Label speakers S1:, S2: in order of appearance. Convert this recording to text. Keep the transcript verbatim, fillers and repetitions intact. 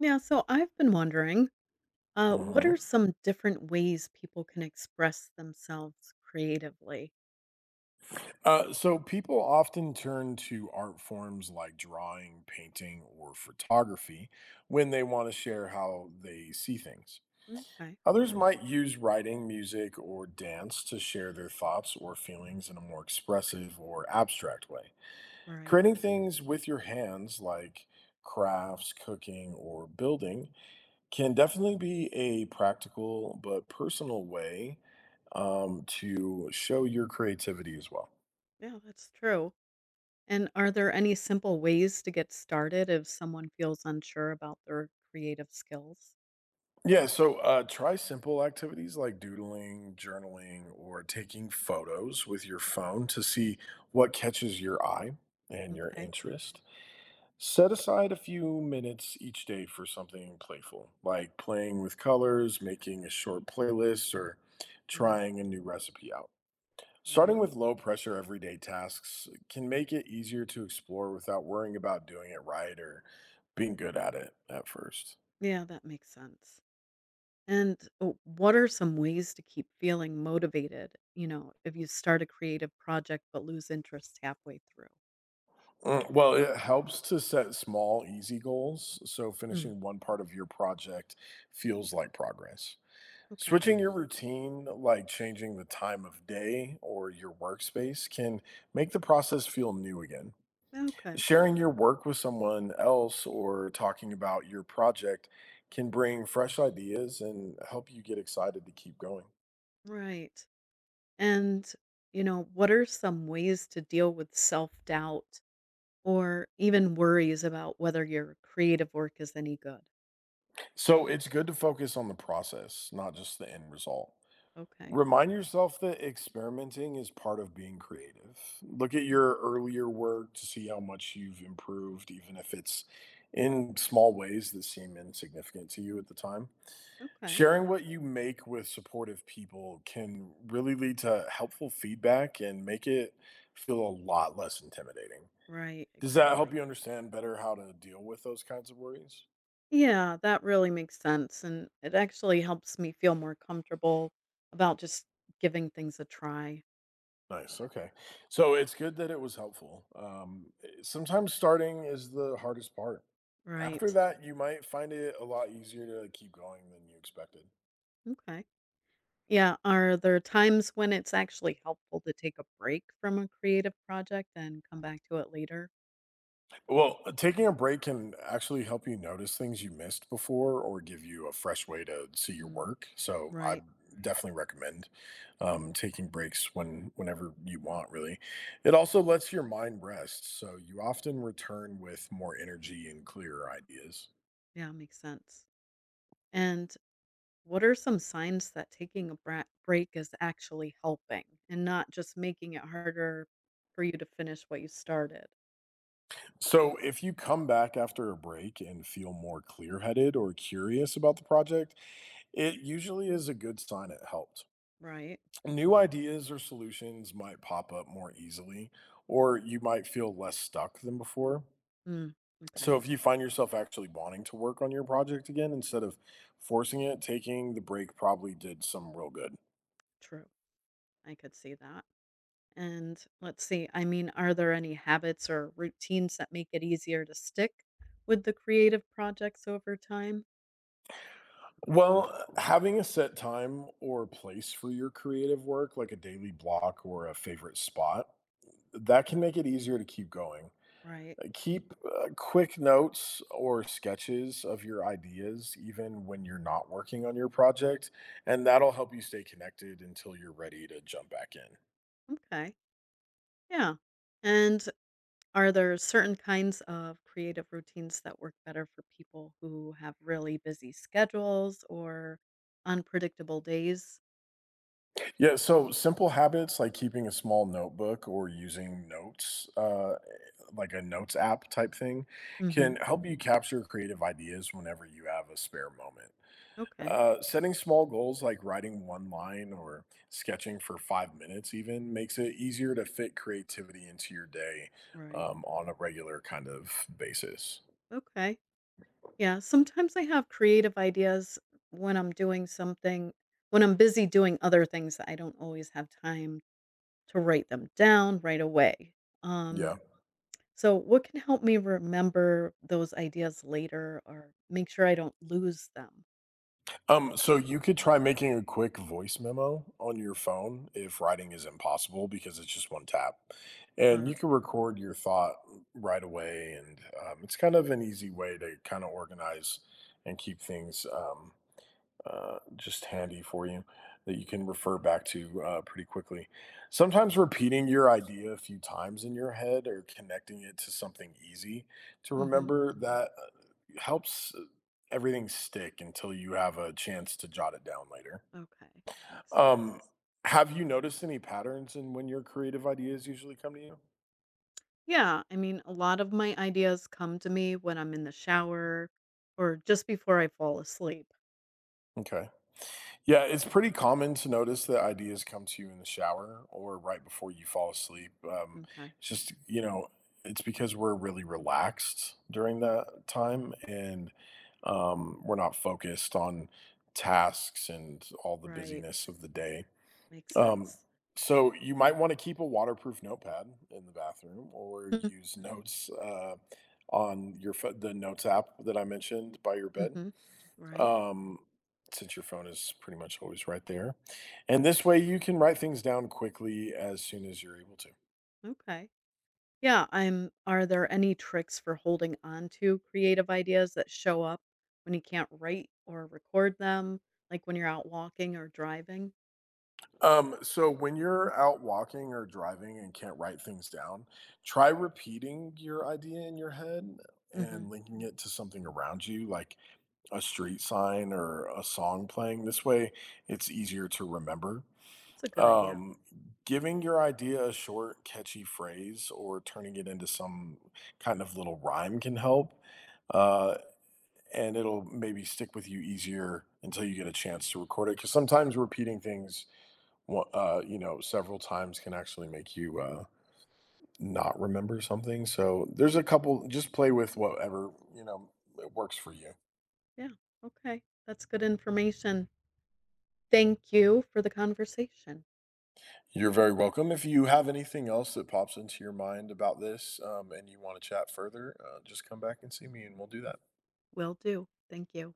S1: Yeah, so I've been wondering, uh, what are
S2: Mhm.
S1: some different ways people can express themselves creatively?
S2: Uh, so people often turn to art forms like drawing, painting, or photography when they want to share how they see things.
S1: Okay,
S2: Others Mm. might use writing, music, or dance to share their thoughts or feelings in a more expressive or abstract way.
S1: all right.
S2: Creating things with your hands, like crafts, cooking, or building, can definitely be a practical but personal way um, to show your creativity as well.
S1: Yeah, that's true. And are there any simple ways to get started if someone feels unsure about their creative skills?
S2: Yeah, so uh, try simple activities like doodling, journaling, or taking photos with your phone to see what catches your eye and your
S1: Okay,
S2: interest. Set aside a few minutes each day for something playful, like playing with colors, making a short playlist, or
S1: mm,
S2: trying a new recipe out.
S1: all
S2: Starting
S1: right.
S2: with low pressure everyday tasks can make it easier to explore without worrying about doing it right or being good at it at first.
S1: Yeah, that makes sense. And uh, what are some ways to keep feeling motivated? You know, if you start a creative project but lose interest halfway through?
S2: Mm, Well, it helps to set small, easy goals so
S1: Mm,
S2: finishing one part of your project feels like progress.
S1: okay,
S2: Switching your Mm, routine, like changing the time of day or your workspace, can make the process feel new again.
S1: okay,
S2: Sharing your work with someone else or talking about your project can bring fresh ideas and help you get excited to keep going.
S1: right. And, you know, what are some ways to deal with self doubt or even worries about whether your creative work is any good?
S2: So it's good to focus on the process, not just the end result.
S1: Okay.
S2: Remind yourself that experimenting is part of being creative. Look at
S1: Right.
S2: your earlier work to see how much you've improved, even if it's in small ways that seem insignificant to you at the time.
S1: Okay.
S2: Sharing what you make with supportive people can really lead to helpful feedback and make it feel a lot less intimidating.
S1: Right.
S2: Does that
S1: Exactly.
S2: help you understand better how to deal with those kinds of worries?
S1: Yeah, that really makes sense. And it actually helps me feel more comfortable about just giving things a try.
S2: Nice. Okay. So it's good that it was helpful. Um, eh, sometimes starting is the hardest part. After
S1: Right.
S2: that, you might find it a lot easier to like, keep going than you expected.
S1: Okay. Yeah. Are there times when it's actually helpful to take a break from a creative project and come back to it later?
S2: Well, uh, taking a break can actually help you notice things you missed before or give you a fresh way to see your
S1: Mm,
S2: work. So I
S1: right.
S2: definitely recommend um, taking breaks when whenever you want, really. It also lets your mind rest, so you often return with more energy and clearer ideas.
S1: Yeah, makes sense. And what are some signs that taking a bra- break is actually helping and not just making it harder for you to finish what you started,
S2: So, if you come back after a break and feel more clear headed or curious about the project, it usually is a good sign it helped.
S1: right?
S2: New ideas or solutions might pop up more easily, or you might feel less stuck than before.
S1: Mm,
S2: So,
S1: okay,
S2: if you find yourself actually wanting to work on your project again instead of forcing it, taking the break probably did some real good.
S1: true. I could see that. And let's see, I mean, are there any habits or routines that make it easier to stick with the creative projects over time?
S2: Well, having a set time or place for your creative work, like a daily block or a favorite spot, that can make it easier to keep going.
S1: Right.
S2: Uh, Keep uh, quick notes or sketches of your ideas, even when you're not working on your project, and that'll help you stay connected until you're ready to jump back in.
S1: Okay. Yeah. And are there certain kinds of creative routines that work better for people who have really busy schedules or unpredictable days?
S2: Yeah, so simple habits like keeping a small notebook or using notes, uh, like a notes app type thing,
S1: Mhm.
S2: can help you capture creative ideas whenever you have a spare moment.
S1: Okay.
S2: Uh, setting small goals like writing one line or sketching for five minutes even makes it easier to fit creativity into your day
S1: Right.
S2: um, on a regular kind of basis.
S1: Okay. Yeah, sometimes I have creative ideas when I'm doing something when I'm busy doing other things that I don't always have time to write them down right away. Um,
S2: Yeah.
S1: so what can help me remember those ideas later or make sure I don't lose them?
S2: Um, so you could try making a quick voice memo on your phone if writing is impossible because it's just one tap. And you can
S1: Okay.
S2: record your thought right away. And um, it's kind of an easy way to kind of organize and keep things. Um, uh, just handy for you that you can refer
S1: Okay.
S2: back to uh, pretty quickly. Sometimes repeating your idea a few times in your head or connecting it to something easy to
S1: Mhm.
S2: remember that uh, helps uh, everything stick until you have a chance to jot it down later.
S1: Okay, makes sense.
S2: Um, have you noticed any patterns in when your creative ideas usually come to you?
S1: Yeah, I mean, a lot of my ideas come to me when I'm in the shower or just before I fall asleep.
S2: Okay. Yeah, it's pretty common to notice that ideas come to you in the shower or right before you fall asleep. Um,
S1: Okay,
S2: it's just, you know, it's because we're really relaxed during that time and um, we're not focused on tasks and all the
S1: right.
S2: busyness of the day.
S1: Makes
S2: Um,
S1: sense.
S2: so you might want to keep a waterproof notepad in the bathroom or
S1: Mm,
S2: use notes uh, on your pho- the notes app that I mentioned by your bed
S1: mm-hmm. Right.
S2: um, since your phone is pretty much always right there. And this way you can write things down quickly as soon as you're able to.
S1: Okay. Yeah, I'm are there any tricks for holding on to creative ideas that show up when you can't write or record them, like when you're out walking or driving?
S2: Um, so when you're out walking or driving and can't write things down, try repeating your idea in your head
S1: Mhm.
S2: and linking it to something around you, like a street sign or a song playing. This way it's easier to remember.
S1: That's a good idea.
S2: Um, Giving your idea a short, catchy phrase or turning it into some kind of little rhyme can help. Uh, and it'll maybe stick with you easier until you get a chance to record it. Because sometimes repeating things, wa- uh, you know, several times can actually make you uh, not remember something. So there's a couple, just play with whatever, you know, works for you.
S1: Yeah. Okay. That's good information. Thank you for the conversation.
S2: You're very welcome. If you have anything else that pops into your mind about this um, and you want to chat further, uh, just come back and see me and we'll do that.
S1: Will do. Thank you.